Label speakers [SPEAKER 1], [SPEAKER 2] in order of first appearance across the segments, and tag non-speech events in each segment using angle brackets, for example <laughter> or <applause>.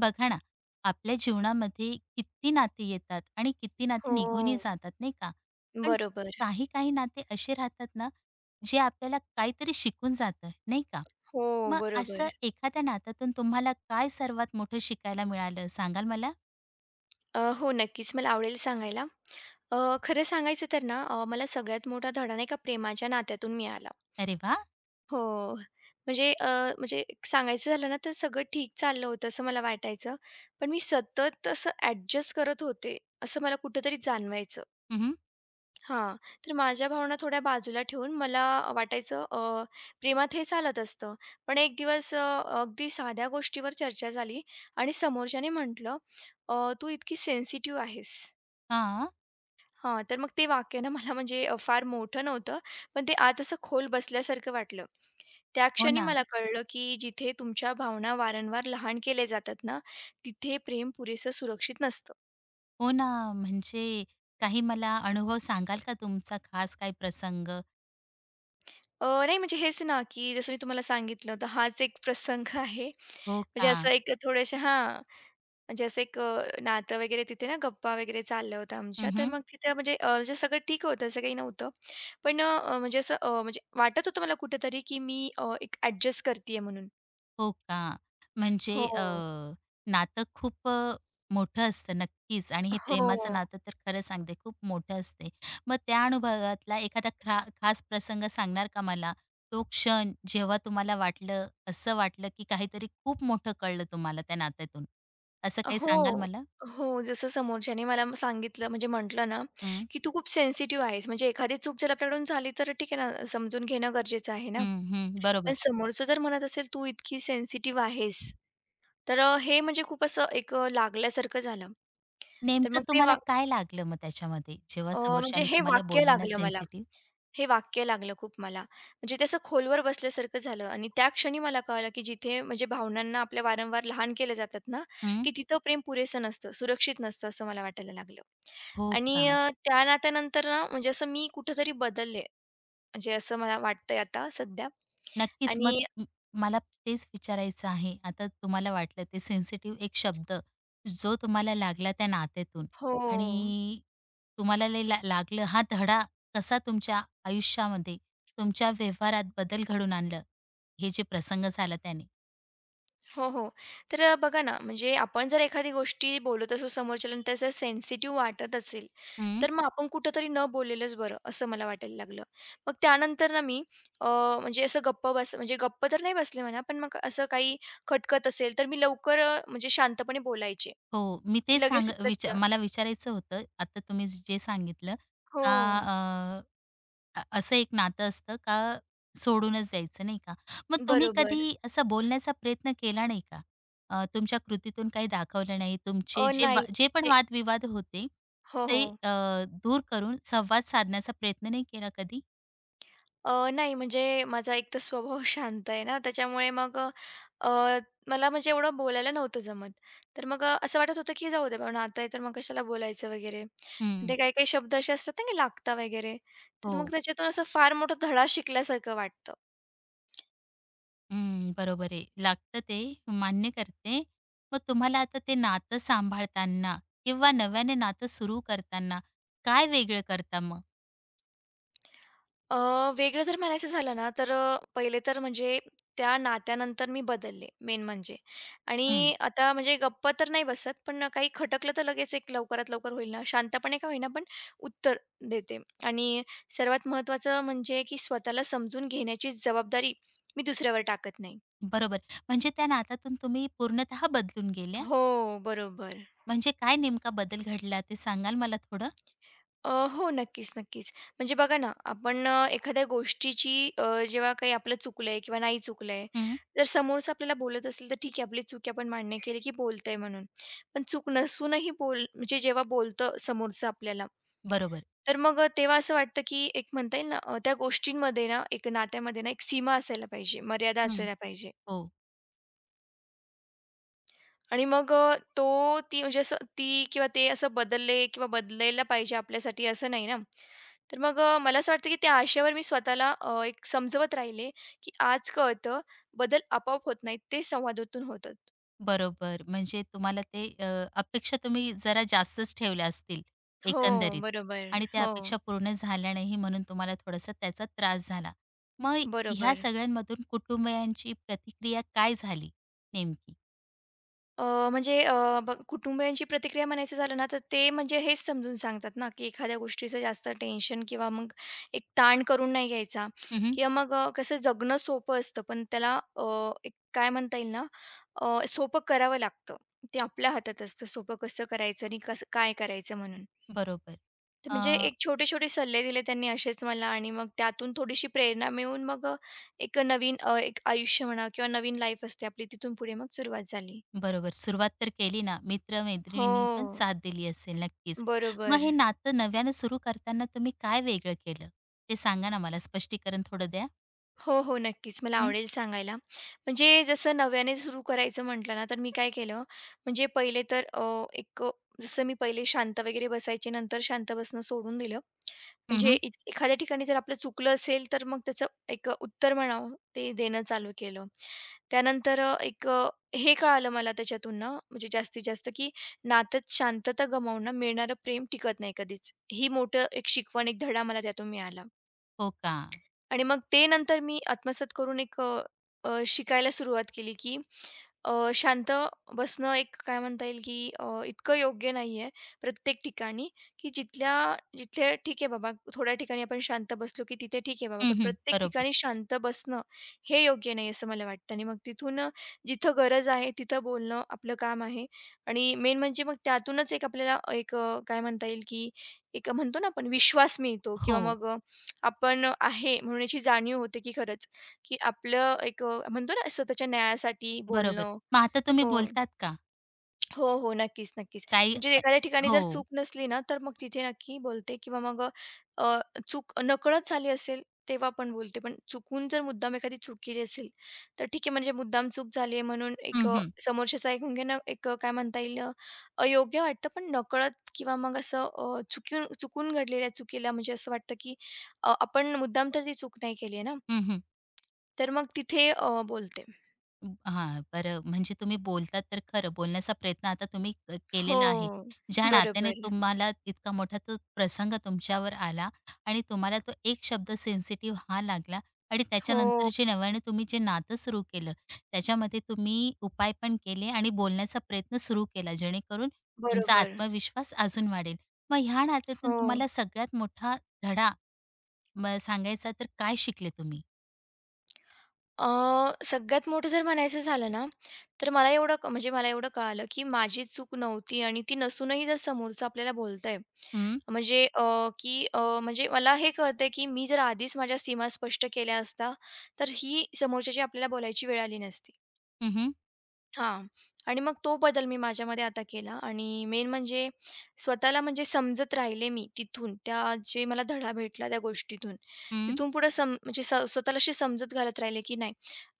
[SPEAKER 1] बघा ना, आपल्या जीवनामध्ये किती नाती येतात आणि किती नाती
[SPEAKER 2] हो.
[SPEAKER 1] निघूनही जातात नाही का? पण
[SPEAKER 2] बरोबर.
[SPEAKER 1] काही-काही नाते असे राहतात ना, जे आपल्याला काहीतरी शिकून जातं नाही का?
[SPEAKER 2] हो,
[SPEAKER 1] मग असं
[SPEAKER 2] बरोबर.
[SPEAKER 1] एखाद्या नात्यातून तुम्हाला काय सर्वात मोठं शिकायला मिळालं सांगाल मला?
[SPEAKER 2] हो, नक्कीच मला आवडेल सांगायला. अ, खरं सांगायचं तर ना मला सगळ्यात मोठा धडा नाही का प्रेमाच्या नात्यातून मिळाला.
[SPEAKER 1] अरे वा.
[SPEAKER 2] हो. म्हणजे अ, म्हणजे सांगायचं झालं ना तर सगळं ठीक चाललं होतं असं मला वाटायचं. पण मी सतत असं ॲडजस्ट करत होते, असं मला कुठेतरी जाणवायचं.
[SPEAKER 1] हं, हं.
[SPEAKER 2] हां, तर माझ्या भावना थोड्या बाजूला ठेवून मला वाटायचं प्रेमात हे चालत असतं. पण एक दिवस अगदी साध्या गोष्टीवर चर्चा झाली आणि समोरच्याने म्हटलं, तू इतकी सेन्सिटिव्ह आहेस." हां, तर मग ते वाक्य ना मला फार मोठं नव्हतं, पण ते आत असं खोल बसल्यासारखं वाटलं. त्या
[SPEAKER 1] हो
[SPEAKER 2] क्षणी
[SPEAKER 1] ना.
[SPEAKER 2] मला कळलं, की जिथे तुमच्या भावना वारंवार लहान केल्या जातात ना, तिथे प्रेम पुरेसं सुरक्षित नसतं.
[SPEAKER 1] हो ना. म्हणजे काही मला अनुभव सांगाल का तुमचा खास काही प्रसंग?
[SPEAKER 2] नाही म्हणजे हेच ना, की जसं मी तुम्हाला सांगितलं होतं हाच एक प्रसंग <laughs> आहे.
[SPEAKER 1] हो
[SPEAKER 2] म्हणजे
[SPEAKER 1] का?
[SPEAKER 2] असं एक थोडेसे हां, म्हणजे असं एक नातं वगैरे तिथे ना गप्पा वगैरे चालल्या होत्या आमच्या. तर मग तिथे म्हणजे सगळं ठीक होतं, असं काही नव्हतं. पण म्हणजे असं म्हणजे वाटत होतं मला कुठेतरी, की मी एक ॲडजस्ट करतीये म्हणून.
[SPEAKER 1] हो का? म्हणजे
[SPEAKER 2] हो.
[SPEAKER 1] नातं खूप मोठं असतं नक्कीच आणि हे
[SPEAKER 2] हो.
[SPEAKER 1] प्रेमाचं नातं तर खरं सांगते खूप मोठं असते. मग त्या अनुभवातला एखादा खा खास प्रसंग सांगणार का मला? तो क्षण जेव्हा तुम्हाला वाटलं, असं वाटलं की काहीतरी खूप मोठं कळलं तुम्हाला त्या नात्यातून. असं काही सांगाल
[SPEAKER 2] हो.
[SPEAKER 1] मला?
[SPEAKER 2] हो, जसं समोरच्याने मला सांगितलं म्हणजे म्हटलं ना,
[SPEAKER 1] हं,
[SPEAKER 2] की "तू खूप सेन्सिटिव्ह आहेस." म्हणजे एखादी चूक जर आपल्याकडून झाली तर ठीक आहे ना, समजून घेणं गरजेचं आहे ना.
[SPEAKER 1] हं, हं. बरोबर.
[SPEAKER 2] पण समोरचं जर म्हणत असेल, "तू इतकी सेन्सिटिव्ह आहेस." तर हे म्हणजे खूप असं एक लागल्यासारखं झालं. तर
[SPEAKER 1] नेमकं
[SPEAKER 2] मग ते
[SPEAKER 1] तुम्हाला
[SPEAKER 2] वाक
[SPEAKER 1] काय लागलं मग त्याच्यामध्ये, जेव्हा
[SPEAKER 2] म्हणजे
[SPEAKER 1] समोरच्याने
[SPEAKER 2] हे
[SPEAKER 1] तुम्हाला
[SPEAKER 2] वाक्य
[SPEAKER 1] बोललं ना
[SPEAKER 2] लागलं मला.
[SPEAKER 1] सेन्सिटिव्ह?
[SPEAKER 2] हे वाक्य लागलं खूप मला. म्हणजे ते असं खोलवर बसल्यासारखं झालं आणि त्या क्षणी मला कळलं, की जिथे म्हणजे भावनांना आपल्या वारंवार लहान केले जातात ना, की तिथं प्रेम पुरेसं नसतं, सुरक्षित नसतं असं मला वाटायला लागलं.
[SPEAKER 1] हो का?
[SPEAKER 2] आणि त्या नात्यानंतर ना म्हणजे असं मी कुठेतरी बदलले. म्हणजे असं मला वाटतंय आता सध्या
[SPEAKER 1] नक्कीच. मग
[SPEAKER 2] आणि
[SPEAKER 1] म मला तेच विचारायचं आहे. आता तुम्हाला वाटलं ते सेन्सिटिव्ह एक शब्द जो तुम्हाला लागला त्या नात्यातून
[SPEAKER 2] हो.
[SPEAKER 1] आणि तुम्हाला लय ला लागलं. हा धडा कसा तुमच्या आयुष्यामध्ये, तुमच्या व्यवहारात बदल घडवून आणलं? हे जे प्रसंग झाला त्याने?
[SPEAKER 2] हो, हो. तर बघा ना, म्हणजे आपण जर एखादी गोष्टी बोलत असू समोरच्याला आणि त्याचं सेन्सिटिव्ह वाटत असेल,
[SPEAKER 1] हं.
[SPEAKER 2] तर मग आपण कुठेतरी न बोललेलंच बरं, असं मला वाटायला लागलं. मग त्यानंतर ना मी अ, म्हणजे असं गप्प बस म्हणजे गप्प तर नाही बसले म्हणा, पण मग असं काही खटकत असेल, तर मी लवकर म्हणजे शांतपणे बोलायचे,
[SPEAKER 1] हो. मी
[SPEAKER 2] की
[SPEAKER 1] तेच
[SPEAKER 2] लगेच
[SPEAKER 1] सांग
[SPEAKER 2] तिथल्या
[SPEAKER 1] विचा
[SPEAKER 2] तिथं
[SPEAKER 1] मला विचारायचं होतं. आता तुम्ही जे सांगितलं
[SPEAKER 2] हो,
[SPEAKER 1] का असं एक नातं असतं का सोडूनच द्यायचं नाही का? मग तुम्ही
[SPEAKER 2] बरोबर.
[SPEAKER 1] कधी असा बोलण्याचा प्रयत्न केला नाही का? तुमच्या कृतीतून काही दाखवलं नाही, तुमचे
[SPEAKER 2] नाही.
[SPEAKER 1] जे पण
[SPEAKER 2] म्हणजे
[SPEAKER 1] वादविवाद होते,
[SPEAKER 2] हो,
[SPEAKER 1] ते
[SPEAKER 2] हो.
[SPEAKER 1] दूर करून संवाद साधण्याचा प्रयत्न नाही केला कधी?
[SPEAKER 2] नाही म्हणजे माझा एक तर स्वभाव <laughs> शांत आहे ना, त्याच्यामुळे मग अ, अ, मला म्हणजे एवढं बोलायला नव्हतं जमत. तर मग असं वाटत होतं की जाऊ दे बाबा नातं आहे तर मग कशाला बोलायचं वगैरे.
[SPEAKER 1] हं,
[SPEAKER 2] म्हणजे काही-काही शब्द असे असतात ना की लागता वगैरे. तर मग
[SPEAKER 1] हो.
[SPEAKER 2] त्याच्यातून असं फार मोठा धडा शिकल्यासारखं वाटतं.
[SPEAKER 1] हं, बरोबर आहे. लागतं ते, मान्य करते. मग तुम्हाला आता ते नातं सांभाळताना किंवा नव्याने नातं सुरू करताना काय वेगळं करता मग?
[SPEAKER 2] अ, वेगळं जर म्हणायचं झालं ना, तर पहिले तर म्हणजे त्या नात्यानंतर मी बदलले मेन म्हणजे. आणि आता म्हणजे गप्प तर नाही बसत, पण काही खटकलं तर लगेच एक लवकरात लवकर होईल ना, शांतपणे का होईना पण उत्तर देते. आणि सर्वात महत्त्वाचं म्हणजे की स्वतःला समजून घेण्याची जबाबदारी मी दुसऱ्यावर टाकत नाही.
[SPEAKER 1] बरोबर. म्हणजे त्या नात्यातून तुम्ही पूर्णतः बदलून गेल्या?
[SPEAKER 2] हो, बरोबर.
[SPEAKER 1] म्हणजे काय नेमका बदल घडला ते सांगाल मला थोडं?
[SPEAKER 2] अ, हो, नक्कीच, नक्कीच. म्हणजे बघा ना, आपण एखाद्या गोष्टीची जेव्हा काही आपलं चुकलंय किंवा नाही चुकलंय,
[SPEAKER 1] हं.
[SPEAKER 2] जर समोरचा आपल्याला बोलत असेल तर ठीक आहे, आपली चूक आहे, आपण मान्य केली की बोलतंय म्हणून. पण चूक नसूनही म्हणजे जेव्हा बोलतं समोरचं आपल्याला,
[SPEAKER 1] बरोबर.
[SPEAKER 2] तर मग तेव्हा असं वाटतं की एक म्हणता येईल ना, त्या गोष्टींमध्ये ना, एक नात्यामध्ये ना, एक सीमा असायला पाहिजे, मर्यादा
[SPEAKER 1] हं.
[SPEAKER 2] असायला पाहिजे.
[SPEAKER 1] हो.
[SPEAKER 2] आणि मग तो ती म्हणजे असं ती किंवा ते असं बदलले किंवा बदलायला पाहिजे आपल्यासाठी असं नाही ना. तर मग मला असं वाटतं की त्या आशेवर मी स्वतःला एक समजवत राहिले, की आज कळतं बदल आपोआप होत नाहीत, ते संवादातून होतात.
[SPEAKER 1] बरोबर. म्हणजे तुम्हाला ते अपेक्षा तुम्ही जरा जास्तच ठेवल्या असतील
[SPEAKER 2] हो,
[SPEAKER 1] एकंदरीत
[SPEAKER 2] बरोबर.
[SPEAKER 1] आणि त्या
[SPEAKER 2] हो,
[SPEAKER 1] अपेक्षा पूर्ण झाल्या नाही म्हणून तुम्हाला थोडासा त्याचा त्रास झाला. मग ह्या
[SPEAKER 2] बरोबर.
[SPEAKER 1] सगळ्यांमधून कुटुंबियांची प्रतिक्रिया काय झाली नेमकी?
[SPEAKER 2] अ, बघ कुटुंबियांची प्रतिक्रिया म्हणायचं झालं ना, तर ते म्हणजे हेच समजून सांगतात ना, की एखाद्या गोष्टीचं जास्त टेन्शन किंवा मग एक ताण करून नाही घ्यायचा
[SPEAKER 1] हं,
[SPEAKER 2] किंवा मग कसं जगणं सोपं असतं, पण त्याला एक काय म्हणता येईल ना, सोपं करावं लागतं. ते आपल्या हातात असतं, सोपं कसं करायचं आणि कसं काय करायचं म्हणून.
[SPEAKER 1] बरोबर.
[SPEAKER 2] तर
[SPEAKER 1] अ
[SPEAKER 2] म्हणजे एक छोटे-छोटे सल्ले दिले त्यांनी असेच मला आणि मग त्यातून थोडीशी प्रेरणा मिळून मग एक नवीन एक आयुष्य म्हणा किंवा नवीन लाईफ असते आपली, तिथून पुढे मग सुरुवात झाली.
[SPEAKER 1] बरोबर. सुरुवात तर केली ना,
[SPEAKER 2] हो.
[SPEAKER 1] मित्र-मैत्रिणींनी पण साथ दिली असेल नक्कीच. मग
[SPEAKER 2] बरोबर.
[SPEAKER 1] हे नातं नव्यानं सुरू करताना तुम्ही काय वेगळं केलं? ते सांगा ना मला स्पष्टीकरण थोडं द्या.
[SPEAKER 2] हो, हो. नक्कीच. मला
[SPEAKER 1] हं,
[SPEAKER 2] आवडेल सांगायला. म्हणजे जसं नव्याने सुरू करायचं म्हटलं ना, तर मी काय केलं, म्हणजे पहिले तर जसं मी पहिले शांत वगैरे बसायचे, नंतर शांत बसणं सोडून दिलं.
[SPEAKER 1] हं,
[SPEAKER 2] म्हणजे
[SPEAKER 1] हं.
[SPEAKER 2] एखाद्या ठिकाणी जर आपलं चुकलं असेल, तर मग त्याचं एक उत्तर म्हणावं, ते देणं चालू केलं. त्यानंतर हे कळालं मला त्याच्यातून ना, म्हणजे जास्तीत जास्त, की नात्यात शांतता गमावून मिळणारं प्रेम टिकत नाही कधीच. ही मोठं एक शिकवण, एक धडा मला त्यातून मिळाला.
[SPEAKER 1] हो का?
[SPEAKER 2] आणि मग ते नंतर मी आत्मसात करून एक अ, अ, शिकायला सुरुवात केली, की शांत बसणं एक काय म्हणता येईल, की इतकं योग्य नाहीये प्रत्येक ठिकाणी, की जिथे ठीक आहे बाबा, थोड्या ठिकाणी आपण शांत बसलो, की तिथे ठीक आहे बाबा,
[SPEAKER 1] हं,
[SPEAKER 2] पण
[SPEAKER 1] हं.
[SPEAKER 2] प्रत्येक
[SPEAKER 1] बरोबर.
[SPEAKER 2] ठिकाणी शांत बसणं हे योग्य नाही असं मला वाटतं. आणि मग तिथून जिथं गरज आहे तिथं बोलणं आपलं काम आहे. आणि मेन म्हणजे मग त्यातूनच एक आपल्याला काय म्हणता येईल, की एक म्हणतो ना आपण विश्वास मिळतो किंवा
[SPEAKER 1] हो,
[SPEAKER 2] मग अ आपण आहे म्हणून याची जाणीव होते, की खरंच, की आपलं म्हणतो ना स्वतःच्या न्यायासाठी
[SPEAKER 1] बरोबर.
[SPEAKER 2] बोलणं.
[SPEAKER 1] मग आता तुम्ही
[SPEAKER 2] हो.
[SPEAKER 1] बोलतात का?
[SPEAKER 2] हो, हो. नक्कीच, नक्कीच.
[SPEAKER 1] काही
[SPEAKER 2] म्हणजे एखाद्या ठिकाणी जर
[SPEAKER 1] हो.
[SPEAKER 2] चूक नसली ना, तर मग तिथे नक्की बोलते किंवा मग अ, चूक नकळत झाली असेल, तेव्हा पण बोलते. पण चुकून जर मुद्दाम एखादी चूक केली असेल, तर ठीक आहे म्हणजे मुद्दाम चूक झाली आहे म्हणून
[SPEAKER 1] हं, हं.
[SPEAKER 2] समोरच्याचं ऐकून घेणं काय म्हणता येईल अयोग्य वाटतं. पण नकळत किंवा मग असं चुकून घडलेल्या चुकीला म्हणजे असं वाटतं, की आपण मुद्दाम तर ती चूक नाही केली आहे ना,
[SPEAKER 1] हं, हं.
[SPEAKER 2] तर मग तिथे बोलते.
[SPEAKER 1] हां, बरं म्हणजे तुम्ही बोलतात तर खरं बोलण्याचा प्रयत्न आता तुम्ही केलेला हं. आहे.
[SPEAKER 2] हो.
[SPEAKER 1] ज्या नात्याने
[SPEAKER 2] बरोबर.
[SPEAKER 1] तुम्हाला इतका मोठा तो प्रसंग तुमच्यावर आला आणि तुम्हाला तो एक शब्द सेन्सिटिव्ह हा लागला आणि त्याच्यानंतर
[SPEAKER 2] हो.
[SPEAKER 1] जे नव्याने तुम्ही जे नातं सुरू केलं, त्याच्यामध्ये तुम्ही उपाय पण केले आणि बोलण्याचा प्रयत्न सुरू केला, जेणेकरून तुमचा
[SPEAKER 2] बरोबर.
[SPEAKER 1] आत्मविश्वास अजून वाढेल. मग ह्या नात्यातून
[SPEAKER 2] हो.
[SPEAKER 1] तुम्हाला सगळ्यात मोठा धडा सांगायचा तर काय शिकले तुम्ही?
[SPEAKER 2] अ, सगळ्यात मोठं जर म्हणायचं झालं ना, तर मला एवढं क म्हणजे मला एवढं कळालं, की माझी चूक नव्हती आणि ती नसूनही जर समोरचा आपल्याला बोलतंय,
[SPEAKER 1] हं,
[SPEAKER 2] म्हणजे मला हे कळतंय, की मी जर आधीच माझ्या सीमा स्पष्ट केल्या असत्या, तर ही समोरच्याची आपल्याला बोलायची वेळ आली नसती.
[SPEAKER 1] हं, हं,
[SPEAKER 2] हां. आणि मग तो बदल मी माझ्यामध्ये आता केला आणि मेन म्हणजे स्वतःला म्हणजे समजत राहिले मी तिथून, त्या जे मला धडा भेटला त्या गोष्टीतून.
[SPEAKER 1] हं,
[SPEAKER 2] तिथून पुढे म्हणजे स्वतःला अशी समजत घालत राहिले, की नाही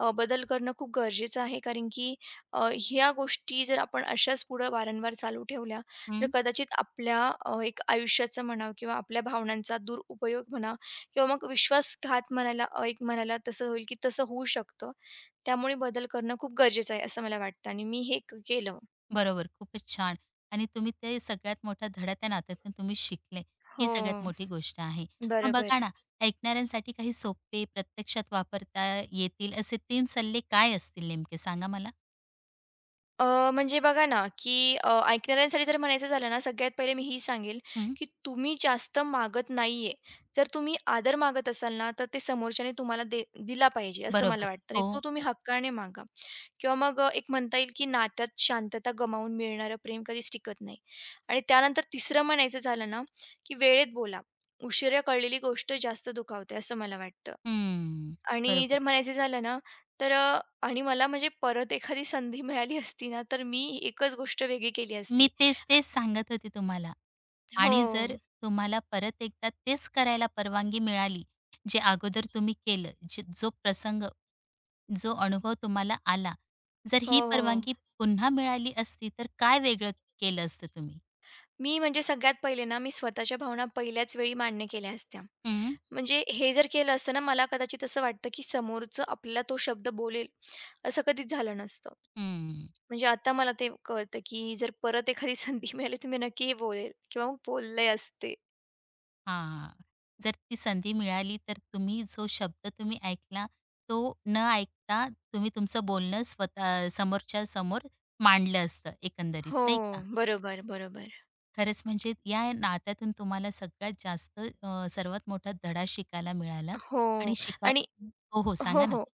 [SPEAKER 2] बदल करणं खूप गरजेचं आहे. कारण की ह्या गोष्टी जर आपण अशाच पुढे वारंवार चालू ठेवल्या, तर
[SPEAKER 1] हं.
[SPEAKER 2] कदाचित आपल्या एक आयुष्याचं म्हणा किंवा आपल्या भावनांचा दुरुपयोग म्हणा किंवा मग विश्वासघात म्हणायला अ, एक म्हणायला तसं होईल, की तसं होऊ शकतं. त्यामुळे बदल करणं खूप गरजेचं आहे असं मला वाटतं आणि मी हे केलं.
[SPEAKER 1] बरोबर. खूपच छान. आणि तुम्ही ते सगळ्यात मोठा धडा त्या नात्यातून तुम्ही शिकले. ही
[SPEAKER 2] हो,
[SPEAKER 1] सगळ्यात मोठी गोष्ट आहे. मग बघा
[SPEAKER 2] बरोबर.
[SPEAKER 1] ना, ऐकणाऱ्यांसाठी काही सोपे, प्रत्यक्षात वापरता येतील असे 3 सल्ले काय असतील नेमके सांगा मला?
[SPEAKER 2] अ, म्हणजे बघा ना, की ऐकणाऱ्यांसाठी जर म्हणायचं झालं ना, सगळ्यात पहिले मी ही सांगेल,
[SPEAKER 1] हं.
[SPEAKER 2] की तुम्ही जास्त मागत नाहीये. जर तुम्ही आदर मागत असाल ना, तर ते समोरच्याने तुम्हाला दिला पाहिजे असं मला
[SPEAKER 1] बरोबर.
[SPEAKER 2] वाटतं आणि
[SPEAKER 1] हो,
[SPEAKER 2] तो तुम्ही
[SPEAKER 1] हो.
[SPEAKER 2] हक्काने मागा. किंवा मग एक म्हणता येईल, की नात्यात शांतता गमावून मिळणारं प्रेम कधीच टिकत नाही. आणि त्यानंतर तिसरं म्हणायचं झालं ना, की वेळेत बोला. उशिरा कळलेली गोष्ट जास्त दुखावते असं मला वाटतं.
[SPEAKER 1] हं.
[SPEAKER 2] आणि जर
[SPEAKER 1] बरोबर.
[SPEAKER 2] म्हणायचं झालं ना, तर आणि मला म्हणजे परत एखादी संधी मिळाली असती ना, तर मी एकच गोष्ट वेगळी केली
[SPEAKER 1] मी
[SPEAKER 2] असती.
[SPEAKER 1] तेच सांगत होते तुम्हाला.
[SPEAKER 2] हो.
[SPEAKER 1] आणि जर तुम्हाला परत एकदा तेच करायला परवानगी मिळाली, जे अगोदर तुम्ही केलं, जो प्रसंग जो अनुभव तुम्हाला आला, जर
[SPEAKER 2] हो,
[SPEAKER 1] ही
[SPEAKER 2] हो, हो.
[SPEAKER 1] परवानगी पुन्हा मिळाली असती, तर काय वेगळं केलं असतं तुम्ही?
[SPEAKER 2] मी म्हणजे सगळ्यात पहिले ना, मी स्वतःच्या भावना पहिल्याच वेळी मान्य केल्या असत्या.
[SPEAKER 1] हं,
[SPEAKER 2] म्हणजे हे जर केलं असतं ना, मला कदाचित असं वाटतं, की समोरचं आपल्याला तो शब्द बोलेल, असं कधीच झालं नसतं.
[SPEAKER 1] हं.
[SPEAKER 2] म्हणजे आता मला ते कळतं, की जर परत एखादी संधी <laughs> मिळाली, तर मी नक्की बोलेल किंवा मग बोलले असते.
[SPEAKER 1] हां. जर ती संधी मिळाली, तर तुम्ही जो शब्द तुम्ही ऐकला, तो न ऐकता तुम्ही तुमचं बोलणं स्वतः समोरच्या समोर मांडलं असतं एकंदरीत,
[SPEAKER 2] हो.
[SPEAKER 1] नाही का?
[SPEAKER 2] बरोबर, बरोबर.
[SPEAKER 1] खरंच म्हणजे या नात्यातून तुम्हाला सगळ्यात जास्त सर्वात मोठा धडा शिकायला मिळाला आणि
[SPEAKER 2] हो.
[SPEAKER 1] शिकाय
[SPEAKER 2] आणि
[SPEAKER 1] हो, हो.
[SPEAKER 2] हो,
[SPEAKER 1] सांगा ना.
[SPEAKER 2] हो.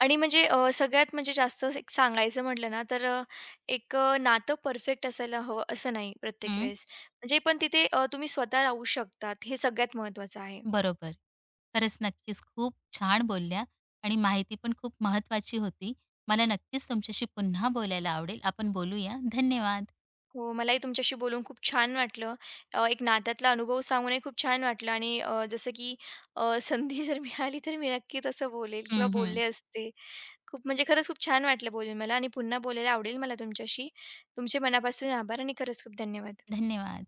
[SPEAKER 2] आणि म्हणजे सगळ्यात म्हणजे जास्त एक सांगायचं म्हटलं ना, तर नातं परफेक्ट असायला हवं असं नाही प्रत्येक वेळेस. म्हणजे पण तिथे तुम्ही स्वतः राहू शकतात हे सगळ्यात महत्त्वाचं आहे.
[SPEAKER 1] बरोबर. खरंच नक्कीच खूप छान बोलल्या आणि माहिती पण खूप महत्वाची होती. मला नक्कीच तुमच्याशी पुन्हा बोलायला आवडेल. आपण बोलूया. धन्यवाद.
[SPEAKER 2] हो, मलाही तुमच्याशी बोलून खूप छान वाटलं. एक नात्यातला अनुभव सांगूनही खूप छान वाटलं आणि जसं की अ, <laughs> संधी जर मिळाली तर मी नक्की तसं बोलेल किंवा
[SPEAKER 1] हं, हं.
[SPEAKER 2] बोलले असते. खूप म्हणजे खरंच खूप छान वाटलं बोलून मला आणि पुन्हा बोलायला आवडेल मला तुमच्याशी. तुमचे मनापासून आभार आणि खरंच खूप धन्यवाद.
[SPEAKER 1] धन्यवाद.